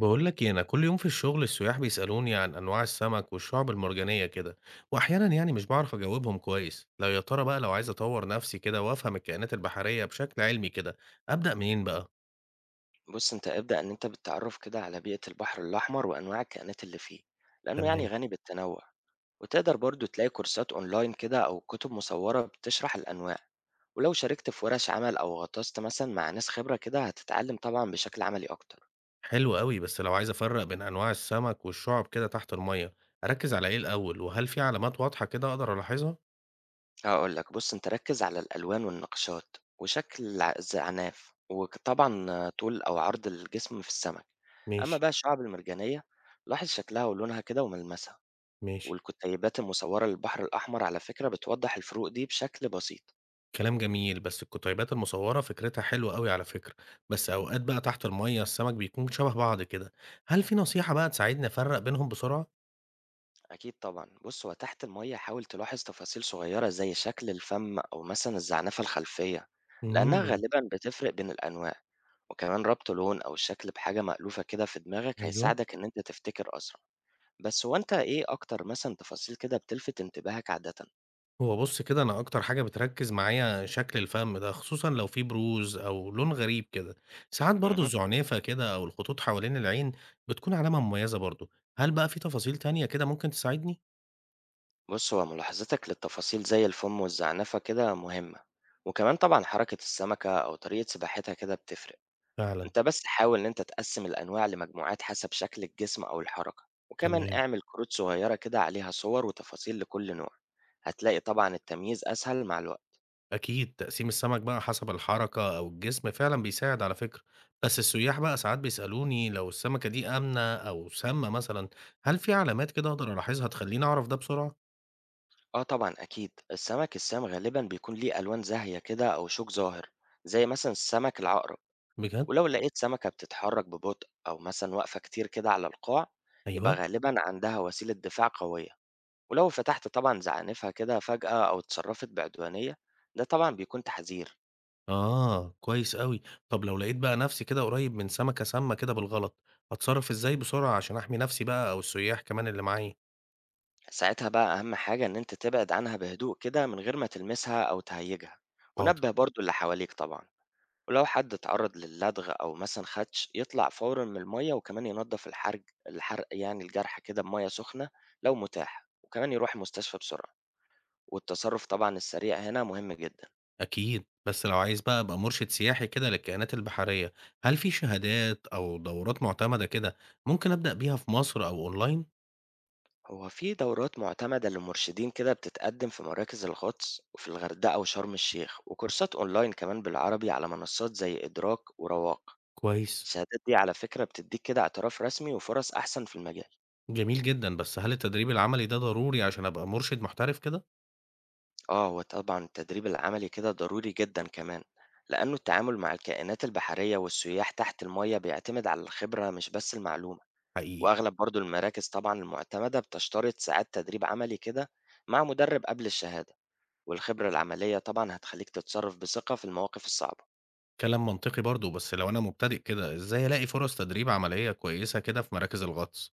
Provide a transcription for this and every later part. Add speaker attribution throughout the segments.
Speaker 1: بقول لك إيه، انا كل يوم في الشغل السياح بيسألوني عن انواع السمك والشعب المرجانية كده. واحيانا يعني مش بعرف اجاوبهم كويس. لو يا ترى بقى لو عايز اطور نفسي كده وافهم الكائنات البحرية بشكل علمي كده، ابدأ منين بقى؟
Speaker 2: بُص، أنت ابدأ إن أنت بالتعرُّف كده على بيئة البحر الأحمر وأنواع الكائنات اللي فيه، لإنه يعني
Speaker 1: تمام.
Speaker 2: غني بالتنوع، وتقدر برضه تلاقي كورسات أونلاين كده أو كتب مصوّرة بتشرح الأنواع، ولو شاركت في ورش عمل أو غطست مثلًا مع ناس خبرة كده هتتعلم طبعًا بشكل عملي أكتر.
Speaker 1: حلو قوي، بس لو عايز افرق بين انواع السمك والشعب كده تحت المية، اركز على ايه الاول؟ وهل في علامات واضحة كده اقدر الاحظها؟
Speaker 2: هاقول لك بُص، أنت ركّز على الألوان والنقشات وشكل الز العناف، وك طبعًا طول أو عرض الجسم في السمك. أما
Speaker 1: ماشي.
Speaker 2: بقى الشعاب المرجانية لاحظ شكلها ولونها كده وملمسها.
Speaker 1: ماشي.
Speaker 2: والكتيبات المصورة للبحر الأحمر على فكرة بتوضح الفروق دي بشكل بسيط.
Speaker 1: كلام جميل، بس الكُتيبات المصوّرة فكرتها حلوة أوي على فكرة، بس أوقات بقى تحت المَيّة السمك بيكون شبه بعض كده، هل في نصيحة بقى تساعدني أفرّق بينهم بسرعة؟
Speaker 2: أكيد طبعا، بص، هو تحت المية حاول تلاحظ تفاصيل صغيرة زي شكل الفم أو مثلا الزعنفة الخلفية، لأنها
Speaker 1: إمم،
Speaker 2: غالبا بتفرق بين الأنواع، وكمان ربط لون أو شكل بحاجة مألوفة كده في دماغك
Speaker 1: أيوه،
Speaker 2: هيساعدك إن أنت تفتكر أسرع. بس هو أنت إيه أكتر مثلا تفاصيل كده بتلفت انتباهك عادة؟
Speaker 1: هو بُص كده أنا أكتر حاجة بتركّز معايا شكل الفَم ده، خصوصًا لو في بروز أو لون غريب كده، ساعات برضه
Speaker 2: مه.
Speaker 1: الزُعنفة كده أو الخطوط حوالين العين بتكون علامة مميزة برضه، هل بقى في تفاصيل تانية كده ممكن تساعدني؟
Speaker 2: بص، هو ملاحظتك للتفاصيل زي الفم والزعنفة كده مهمة، وكمان طبعا حركة السمكة أو طريقة سباحتها كده بتفرق.
Speaker 1: فعلًا.
Speaker 2: أنت بس حاول إن أنت تقسّم الأنواع لمجموعات حسب شكل الجسم أو الحركة، وكمان
Speaker 1: تمام.
Speaker 2: اعمل كروت صغيرة كده عليها صور وتفاصيل لكل نوع، هتلاقي طبعًا التمييز أسهل مع الوقت.
Speaker 1: أكيد، تقسيم السمك بقى حسب الحركة أو الجسم فعلًا بيساعد على فكرة، بس السياح بقى ساعات بيسألوني لو السمكة دي آمنة أو سامة مثلًا، هل في علامات كده أقدر ألاحظها تخلّيني أعرف ده بسرعة؟
Speaker 2: آه طبعًا أكيد، السمك السام غالبًا بيكون ليه ألوان زاهية كده أو شوك ظاهر، زي مثلًا السمك العقرب،
Speaker 1: بجد؟
Speaker 2: ولو لقيت سمكة بتتحرك ببطء أو مثلًا واقفة كتير كده على القاع، يبقى
Speaker 1: أيوه.
Speaker 2: غالبًا عندها وسيلة دفاع قوية، ولو فتحت طبعًا زعانفها كده فجأة أو اتصرفت بعدوانية، ده طبعًا بيكون تحذير.
Speaker 1: آه، كويس أوي. طب لو لقيت بقى نفسي كده قريب من سمكة سامة كده بالغلط، أتصرف إزاي بسرعة عشان أحمي نفسي بقى أو السياح كمان اللي معايا؟
Speaker 2: ساعتها بقى أهم حاجة إن أنت تبعد عنها بهدوء كده من غير ما تلمسها أو تهيجها،
Speaker 1: حاضر.
Speaker 2: ونبه برضو اللي حواليك طبعا. ولو حد اتعرض للدغ أو مثلا خدش يطلع فورا من المية، وكمان ينظف الحرج الحرق يعني الجرح كده بمية سخنة لو متاح، وكمان يروح المستشفى بسرعة. والتصرف طبعا السريع هنا مهم جدا.
Speaker 1: أكيد، بس لو عايز بقى أبقى مرشد سياحي كده للكائنات البحرية، هل في شهادات أو دورات معتمدة كده ممكن أبدأ بيها في مصر أو أونلاين؟
Speaker 2: هو في دورات معتمدة للمرشدين كده بتتقدم في مراكز الغطس وفي الغردقة وشرم الشيخ، وكورسات أونلاين كمان بالعربي على منصات زي إدراك ورواق.
Speaker 1: كويس.
Speaker 2: الشهادات دي على فكرة بتدّيك كده اعتراف رسمي وفرص أحسن في المجال.
Speaker 1: جميل جدًا، بس هل التدريب العملي ده ضروري عشان أبقى مرشد محترف كده؟
Speaker 2: آه، هو طبعًا التدريب العملي كده ضروري جدًا كمان، لأنه التعامل مع الكائنات البحرية والسياح تحت المَيّة بيعتمد على الخبرة مش بس المعلومة،
Speaker 1: حقيقي.
Speaker 2: وأغلب برضه المراكز طبعًا المعتمدة بتشترط ساعات تدريب عملي كده مع مدرب قبل الشهادة، والخبرة العملية طبعًا هتخلّيك تتصرّف بثقة في المواقف الصعبة.
Speaker 1: كلام منطقي برضه، بس لو أنا مبتدئ كده إزاي ألاقي فرص تدريب عملية كويسة كده في مراكز الغطس؟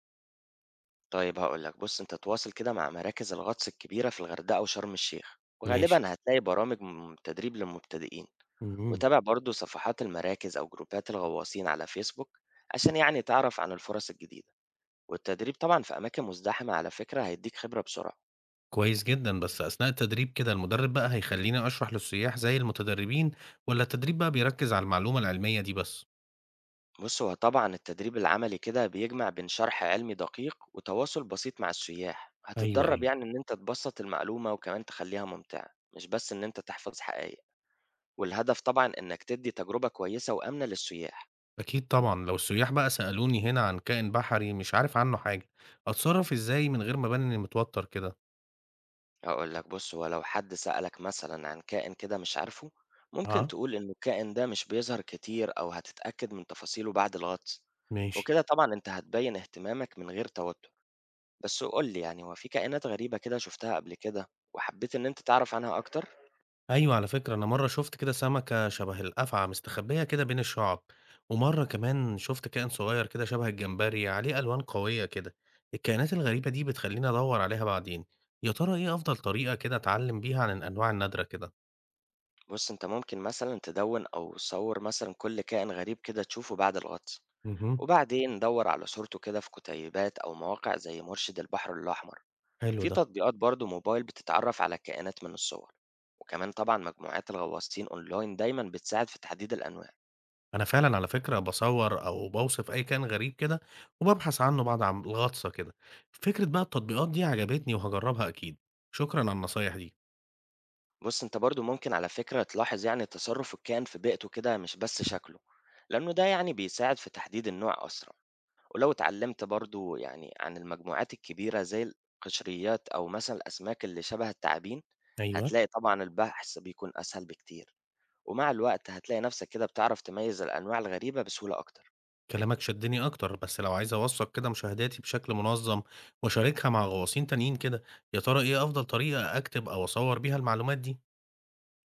Speaker 2: طيب هاقول لك بُص، أنت تواصل كده مع مراكز الغطس الكبيرة في الغردقة وشرم الشيخ،
Speaker 1: ماشي.
Speaker 2: وغالبًا هتلاقي برامج م تدريب للمبتدئين،
Speaker 1: امم
Speaker 2: وتابع برضه صفحات المراكز أو جروبات الغواصين على فيسبوك عشان يعني تعرف عن الفرص الجديدة، والتدريب طبعًا في أماكن مزدحمة على فكرة هيدّيك خبرة بسرعة.
Speaker 1: كويس جدًا، بس أثناء التدريب كده المدرب بقى هيخليني أشرح للسياح زي المتدربين، ولا التدريب بقى بيركز على المعلومة العلمية دي بس؟
Speaker 2: بُص، هو طبعًا التدريب العملي كده بيجمع بين شرح علمي دقيق وتواصل بسيط مع السياح،
Speaker 1: ايوه
Speaker 2: هتتدرب
Speaker 1: ايوه.
Speaker 2: يعني إن أنت تبسط المعلومة وكمان تخليها ممتعة، مش بس إن أنت تحفظ حقائق. والهدف طبعًا إنك تدّي تجربة كويسة وآمنة للسياح.
Speaker 1: أكيد طبعًا، لو السياح بقى سألوني هنا عن كائن بحري مش عارف عنه حاجة، أتصرّف إزاي من غير ما أبان إني متوتر كده؟
Speaker 2: هاقول لك بُص، هو لو حد سألك مثلًا عن كائن كده مش عارفه، ممكن
Speaker 1: آه،
Speaker 2: تقول إنه الكائن ده مش بيظهر كتير أو هتتأكد من تفاصيله بعد الغطس،
Speaker 1: ماشي.
Speaker 2: وكده طبعًا أنت هتبيّن اهتمامك من غير توتر. بس قُل لي يعني، هو في كائنات غريبة كده شُفتها قبل كده وحبيت إن أنت تعرف عنها أكتر؟
Speaker 1: أيوه، على فكرة أنا مرّة شُفت كده سمكة شبه القفعة مستخبية كده بين الشعب، ومرّة كمان شُفت كائن صغير كده شبه الجمبري عليه ألوان قوية كده، الكائنات الغريبة دي بتخلّيني أدوّر عليها بعدين، يا ترى إيه أفضل طريقة كده أتعلّم بيها عن الأنواع النادرة كده؟
Speaker 2: بُص، أنت ممكن مثلًا تدوّن أو صوّر مثلًا كل كائن غريب كده تشوفه بعد الغطس،
Speaker 1: اهم.
Speaker 2: وبعدين دَوّر على صورته كده في كتيبات أو مواقع زي مرشد البحر الأحمر.
Speaker 1: حلو
Speaker 2: في
Speaker 1: ده.
Speaker 2: تطبيقات برضه موبايل بتتعرف على الكائنات من الصور، وكمان طبعا مجموعات الغواصين اونلاين دايما بتساعد في تحديد الانواع.
Speaker 1: أنا فعلًا على فكرة باصوّر أو باوصف أي كائن غريب كده، وبابحث عنه بعد عن الغطسة كده. فكرة بقى التطبيقات دي عجبتني وهاجرّبها أكيد. شكرًا على النصايح دي.
Speaker 2: بص، انت برضه ممكن على فكرة تلاحظ يعني تصرف الكائن في بيئته كده مش بس شكله، لانه ده يعني بيساعد في تحديد النوع اسرع. ولو اتعلمت برضه يعني عن المجموعات الكبيرة زي القشريات او مثلا الاسماك اللي شبه التعابين،
Speaker 1: أيوه.
Speaker 2: هتلاقي طبعا البحث بيكون اسهل بكتير، ومع الوقت هتلاقي نفسك كده بتعرف تميز الانواع الغريبة بسهولة اكتر.
Speaker 1: كلامك شدّني أكتر، بس لو عايز أوثّق كده مشاهداتي بشكل منظم وأشاركها مع غواصين تانيين كده، يا ترى إيه أفضل طريقة أكتب أو أصوّر بيها المعلومات دي؟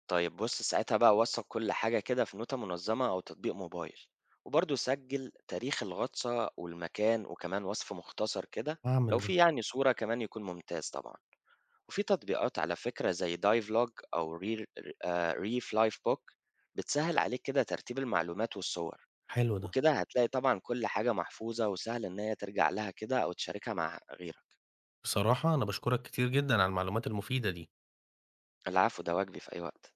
Speaker 2: طيب بص، ساعتها بقى وثق كل حاجة كده في نوتة منظمة أو تطبيق موبايل، وبرضه سجل تاريخ الغطسة والمكان وكمان وصف مختصر كده.
Speaker 1: هاعمل
Speaker 2: لو
Speaker 1: ده.
Speaker 2: في يعني صورة كمان يكون ممتاز طبعا. وفي تطبيقات على فكرة زي دايف لوج أو ريف لايف بوك بتسهل عليك كده ترتيب المعلومات والصور.
Speaker 1: حلو ده.
Speaker 2: وكده هتلاقي طبعا كل حاجة محفوظة وسهل إن هي ترجع لها كده أو تشاركها مع غيرك.
Speaker 1: بصراحة أنا باشكرك كتير جدًا على المعلومات المفيدة دي.
Speaker 2: العفو، ده واجبي في أي وقت.